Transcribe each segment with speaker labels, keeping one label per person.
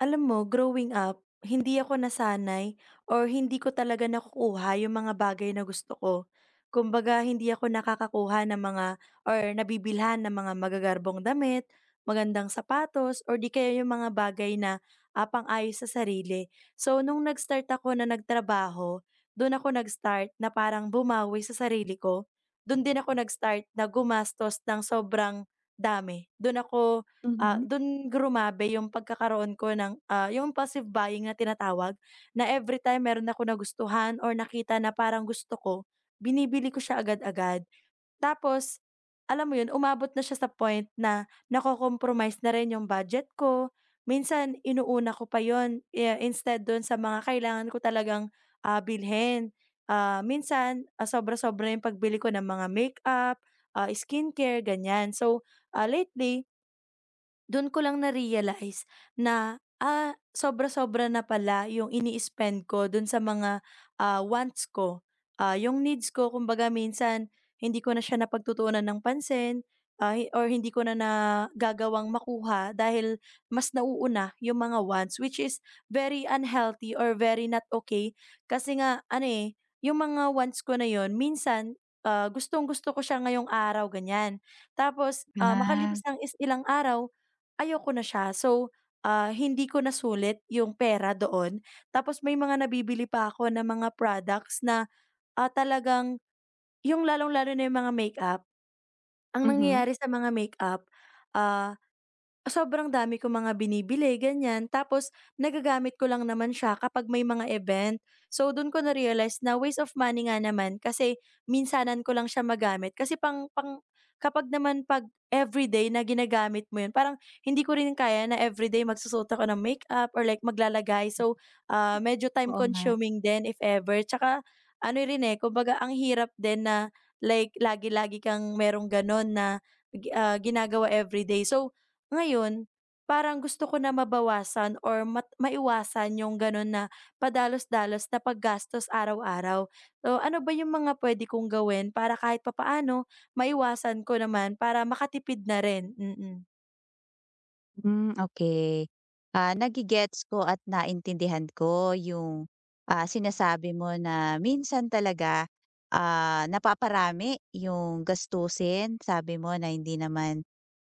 Speaker 1: Alam mo, growing up, hindi ako nasanay or hindi ko talaga nakukuha yung mga bagay na gusto ko. Kumbaga, hindi ako nakakakuha ng mga or nabibilhan ng mga magagarbong damit, magandang sapatos, or di kaya yung mga bagay na apang ayos sa sarili. So, nung nag-start ako na nagtrabaho, doon ako nag-start na parang bumawi sa sarili ko. Doon din ako nag-start na gumastos ng sobrang dami. Doon ako
Speaker 2: Mhm.
Speaker 1: Dun grumabe yung pagkakaroon ko ng, yung passive buying na tinatawag, na everytime meron ako nagustuhan or nakita na parang gusto ko, binibili ko siya agad-agad. Tapos, alam mo yun, umabot na siya sa point na nako-compromise na rin yung budget ko. Minsan inuuna ko pa yun, eh, instead don sa mga kailangan ko talagang, bilhin. Minsan, sobra-sobra yung pagbili ko ng mga makeup, skincare, ganyan. So, lately, dun ko lang na-realize na, sobra-sobra na pala yung ini-spend ko dun sa mga, wants ko. Yung needs ko, kumbaga minsan hindi ko na siya napagtutuunan ng pansin, or hindi ko na nagagawang makuha dahil mas nauuna yung mga wants, which is very unhealthy or very not okay. Kasi nga ano, eh, yung mga wants ko na yon minsan, gustong-gusto ko siya ngayong araw, ganyan. Tapos,
Speaker 2: Ah,
Speaker 1: makalipas ng ilang araw, ayoko na siya. So, hindi ko nasulit yung pera doon. Tapos may mga nabibili pa ako na mga products na, talagang yung lalong-lalo na yung mga makeup, ang
Speaker 2: Mhm.
Speaker 1: nangyayari sa mga makeup, ah sobrang dami ko mga binibili, ganyan. Tapos nagagamit ko lang naman siya kapag may mga event. So do'n ko na-realize na waste of money nga naman kasi minsanan ko lang siya magamit. Kasi pang pang kapag naman 'pag everyday na ginagamit mo 'yun, parang hindi ko rin kaya na everyday magsusuot ako ng makeup or like maglalagay. So, medyo time
Speaker 2: Oo nga.
Speaker 1: consuming din if ever. Tsaka ano rin, eh, kumbaga ang hirap din na like lagi-lagi kang merong gano'n na, ginagawa everyday. So ngayon, parang gusto ko na mabawasan or maiwasan yung gano'n na padalos-dalos na paggastos araw-araw. So, ano ba yung mga puwede kong gawin para kahit papaano maiwasan ko naman para makatipid na rin? Mm.
Speaker 2: Hmm, okey. Nage-gets ko at naintindihan ko yung sinasabi mo na minsan talaga, napaparami yung gastusin. Sabi mo na hindi naman,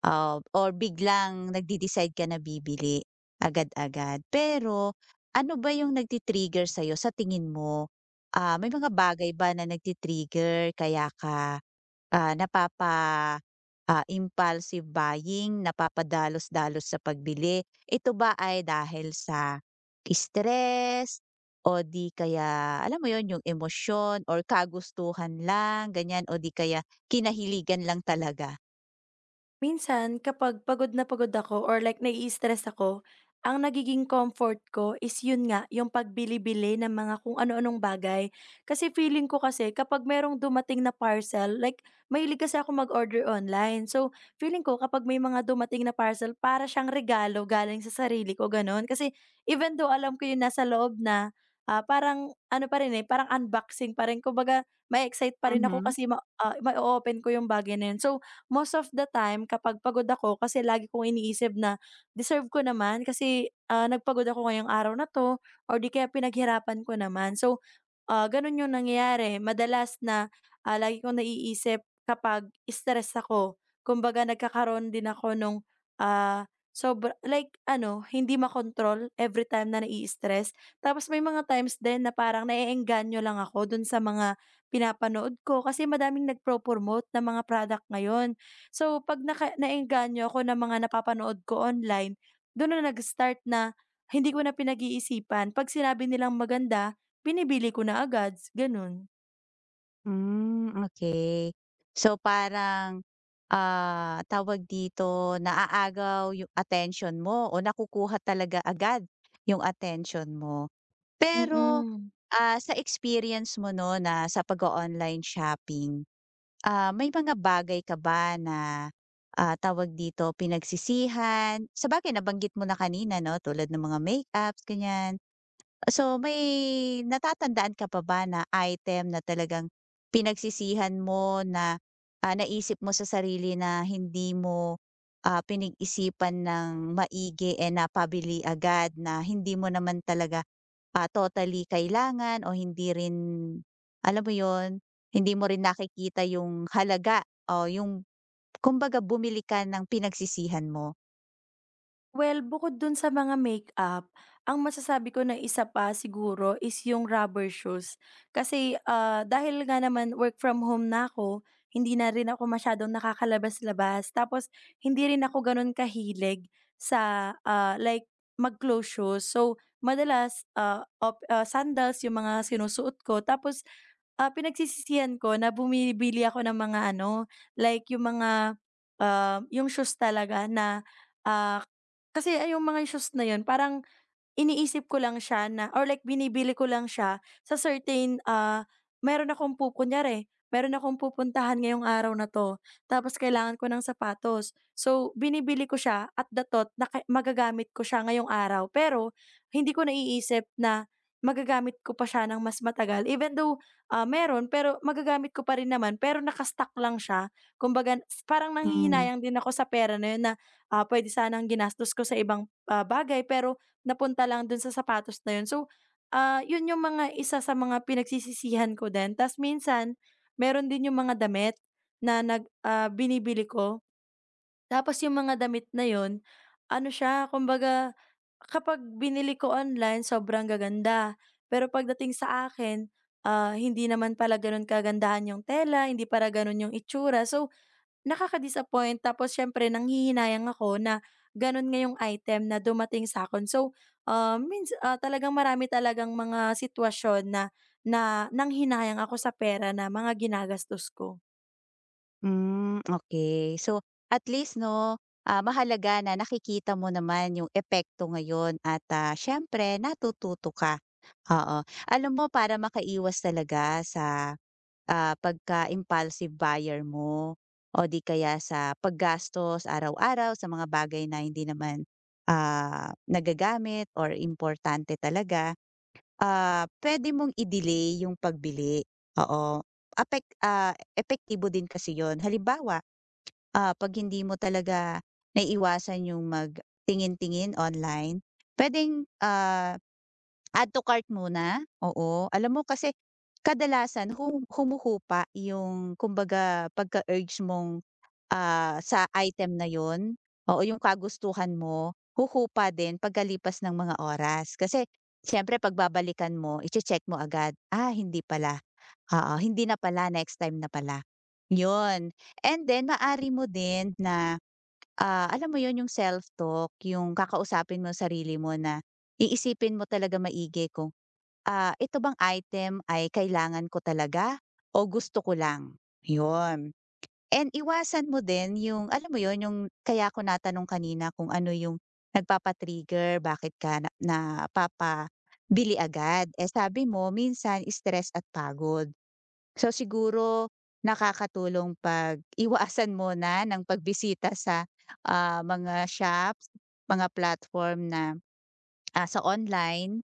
Speaker 2: or biglang nagde-decide ka na bibili agad-agad. Pero ano ba yung nagti-trigger sa'yo sa tingin mo? May mga bagay ba na nagti-trigger kaya ka Ah, napapa impulsive buying, napapadalos-dalos sa pagbili? Ito ba ay dahil sa stress o di kaya alam mo yon yung emosyon or kagustuhan lang ganyan o di kaya kinahiligan lang talaga?
Speaker 1: Minsan kapag pagod na pagod ako or like nai-stress ako, ang nagiging comfort ko is yun nga, yung pagbili-bili ng mga kung ano-anong bagay. Kasi feeling ko kasi kapag merong dumating na parcel, like mahilig kasi ako mag-order online. So, feeling ko kapag may mga dumating na parcel, para siyang regalo galing sa sarili ko, ganun. Kasi even though alam ko yun nasa loob na, parang ano pa rin eh, parang unboxing pa rin. Kumbaga, may excite pa rin ako
Speaker 2: Mhm.
Speaker 1: kasi ma open ko yung bagay na yun. So, most of the time kapag pagod ako kasi lagi kong iniisip na, "Deserve ko naman kasi, nagpagod ako ngayong araw na 'to or di kaya pinaghirapan ko naman." So. Gano'n 'yung nangyayari madalas na, lagi kong naiisip kapag stress ako. Kumbaga nagkakaroon din ako nung, sobra like ano, hindi makontrol every time na nai-stress. Tapos may mga times din na parang naeengganyo lang ako dun sa mga pinapanood ko kasi madaming nagpo-promote ng mga product ngayon. So 'pag naengganyo ako ng mga napapanood ko online, do'n na nag-start na hindi ko na pinag-iisipan 'pag sinabi nilang maganda. Binibili ko na agad, gano'n.
Speaker 2: Hmm, okay. So parang, tawag dito, naaagaw yung attention mo o nakukuha talaga agad yung attention mo? Pero,
Speaker 1: Mm.
Speaker 2: sa experience mo 'no na sa pag online shopping, may mga bagay ka ba na, tawag dito, pinagsisihan? Sabagay nabanggit mo na kanina 'no, tulad ng mga makeups, ganyan. So, may natatandaan ka pa ba na item na talagang pinagsisihan mo na, naisip mo sa sarili na hindi mo pinag-isipan ng maigi, eh, napabili agad na hindi mo naman talaga, totally kailangan o hindi rin, alam mo yon, hindi mo rin nakikita yung halaga o yung kumbaga bumili ka ng pinagsisihan mo?
Speaker 1: Well, bukod dun sa mga makeup, ang masasabi ko na isa pa siguro is yung rubber shoes. Kasi, dahil nga naman work from home na ako, hindi na rin ako masyadong nakakalabas-labas. Tapos hindi rin ako gano'n kahilig sa, like mag-close shoes. So, madalas, sandals yung mga sinusuot ko tapos. Pinagsisisihan ko na bumibili ako ng mga ano, like yung mga, yung shoes talaga na, ah, kasi ay yung mga shoes na yun, parang iniisip ko lang siya na or like binibili ko lang siya sa certain, meron akong kunyari, meron akong pupuntahan ngayong araw na 'to, tapos kailangan ko ng sapatos. So, binibili ko siya at the thought na magagamit ko siya ngayong araw, pero hindi ko naiisip na magagamit ko pa siya ng mas matagal. Even though, meron, pero magagamit ko pa rin naman, pero naka lang siya. Kumbaga parang
Speaker 2: Hmm.
Speaker 1: nanghihinayang din ako sa pera na yun na, puwede sanang ginastos ko sa ibang, bagay, pero napunta lang dun sa sapatos na yun. So, yun yung mga isa sa mga pinagsisisihan ko din. Tas minsan, meron din yung mga damit na binibili ko. Tapos yung mga damit na yun, ano siya, kumbaga kapag binili ko online, sobrang gaganda. Pero pagdating sa akin, hindi naman pala ganun kagandahan yung tela, hindi para ganun yung itsura. So, nakaka-disappoint, tapos siyempre nanghihinayang ako na gano'n nga yung item na dumating sa'kin. So, talagang marami talagang mga sitwasyon na na nanghinayang ako sa pera na mga ginagastos ko.
Speaker 2: Hmm, okay. So, at least 'no, mahalaga na nakikita mo naman yung epekto ngayon at, siyempre natututo ka, oo. Alam mo para makaiwas talaga sa pagka-impulsive buyer mo o di kaya sa paggastos araw-araw sa mga bagay na hindi naman nagagamit or importante talaga, pwede mong i-delay yung pagbili, oo. Epektibo din kasi yon. Halimbawa 'pag hindi mo talaga naiiwasan yung magtingin-tingin online, puwedeng, add to cart muna, oo. Alam mo kasi kadalasan humuhupa yung kumbaga pagka-urge mong sa item na yon, oo, yung kagustuhan mo, huhupa din pagkalipas ng mga oras. Kasi siyempre pagbabalikan mo, iche-check mo agad, "Ah, hindi pala." Oo, hindi na pala, next time na pala, yun. And then maari mo din na, alam mo yun, yung self-talk, yung kakausapin mo yung sarili mo na iisipin mo talaga maigi kung, "Ito bang item ay kailangan ko talaga o gusto ko lang?" Yun. And iwasan mo din yung alam mo yun, yung kaya ko natanong kanina kung ano yung nagpapa-trigger, bakit ka na napapabili agad. Eh, sabi mo minsan stress at pagod. So siguro nakakatulong 'pag iwasan mo na ng pagbisita sa, mga shops, mga platform na, sa online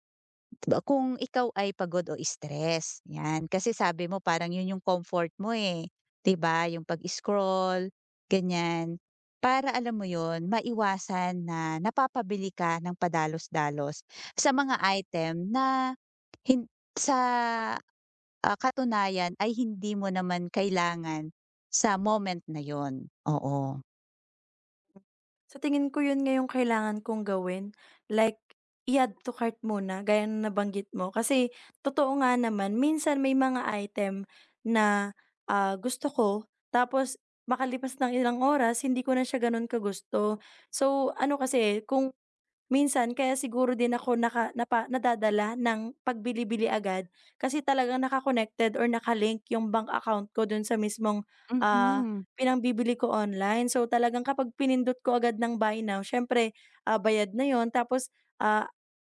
Speaker 2: ba kung ikaw ay pagod o stress, 'yan. Kasi sabi mo parang 'yun yung comfort mo, eh, 'di ba, yung pag-scroll, ganyan. Para alam mo 'yun, maiwasan na napapabili ka ng padalos-dalos sa mga item na sa katunayan ay hindi mo naman kailangan sa moment na yon. Oo.
Speaker 1: Sa tingin ko yun ngayong yung kailangan kong gawin, like i-add to cart muna gaya na nabanggit mo. Kasi totoo nga naman minsan may mga item na, gusto ko tapos makalipas ng ilang oras hindi ko na siya ganun kagusto. So ano kasi kung minsan kaya siguro din ako naka napa nadadala ng pagbili-bili agad kasi talagang naka-connected or nakalink yung bank account ko dun sa mismong, ah,
Speaker 2: Mhm.
Speaker 1: pinangbibili ko online. So, talagang kapag pinindot ko agad ng buy now siyempre, bayad na yon, tapos, ah,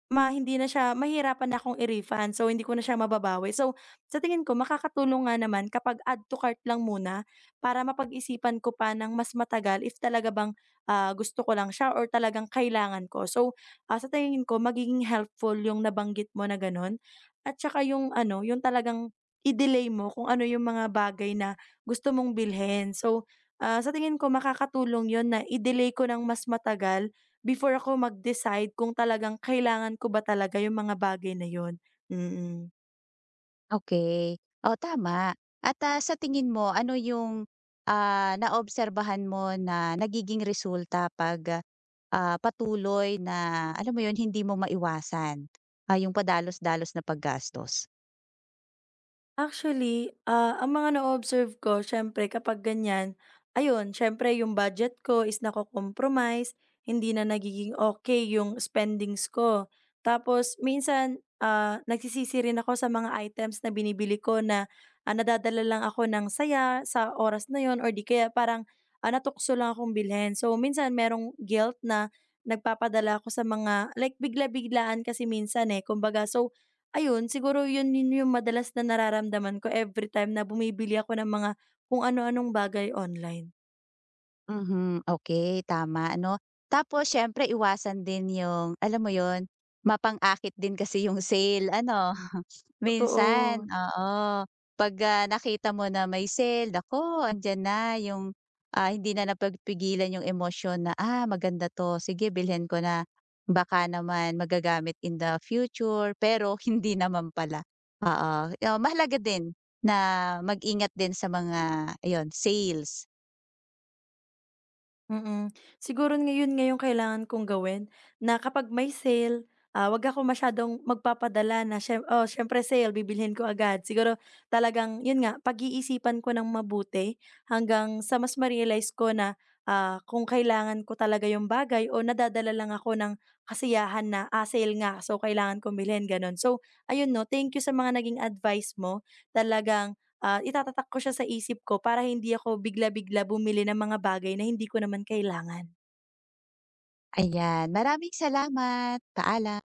Speaker 1: Ma hindi na siya mahihirapan na akong i-refund, so hindi ko na siya mababawi. So, sa tingin ko makakatulong nga naman kapag add to cart lang muna para mapag-isipan ko pa ng mas matagal if talaga bang, gusto ko lang siya or talagang kailangan ko. So, sa tingin ko magiging helpful yung nabanggit mo na gano'n at saka yung ano, yung talagang i-delay mo kung ano yung mga bagay na gusto mong bilhin. So, sa tingin ko makakatulong yon na i-delay ko ng mas matagal before ako mag-decide kung talagang kailangan ko ba talaga yung mga bagay na yun, mm.
Speaker 2: Okay. Oo, tama. At, sa tingin mo ano yung, naobserbahan mo na nagiging resulta 'pag, patuloy na alam mo yun, hindi mo maiwasan, yung padalos-dalos na paggastos?
Speaker 1: Actually, ang mga na observe ko siyempre kapag ganyan, ayun siyempre yung budget ko is nako-compromise, hindi na nagiging okay yung spendings ko. Tapos minsan, nagsisisi rin ako sa mga items na binibili ko na, nadadala lang ako ng saya sa oras na yon or di kaya parang, natukso lang akong bilhin. So minsan merong guilt na nagpapadala ako sa mga like bigla-biglaan kasi minsan, eh, kumbaga. So, ayun, siguro yun yun yung madalas na nararamdaman ko every time na bumibili ako ng mga kung ano-anong bagay online.
Speaker 2: Mhm, okay, tama ano. Tapos siyempre iwasan din yung alam mo yun, mapang-akit din kasi yung sale ano. Minsan,
Speaker 1: Totoo.
Speaker 2: oo. 'Pag, nakita mo na may sale, naku, andiyan na yung, hindi na napagpigilan yung emosyon na, "Ah, maganda 'to, sige bilhin ko na." Baka naman magagamit in the future, pero hindi naman pala. Oo, mahalaga din na mag-ingat din sa mga ayun, sales.
Speaker 1: Mm. Siguro ngayon nga yung kailangan kong gawin na kapag may sale, 'wag ako masyadong magpapadala na siyempre sale bibilhin ko agad. Siguro talagang yun nga, pag-iisipan ko ng mabuti hanggang sa mas ma-realize ko na, kung kailangan ko talaga yung bagay o nadadala lang ako ng kasiyahan na, sale nga so kailangan ko bilhin, gano'n. So ayun 'no, thank you sa mga naging advice mo. Talagang, itatatak ko siya sa isip ko para hindi ako bigla-bigla bumili ng mga bagay na hindi ko naman kailangan.
Speaker 2: Ayan, maraming salamat. Paalam.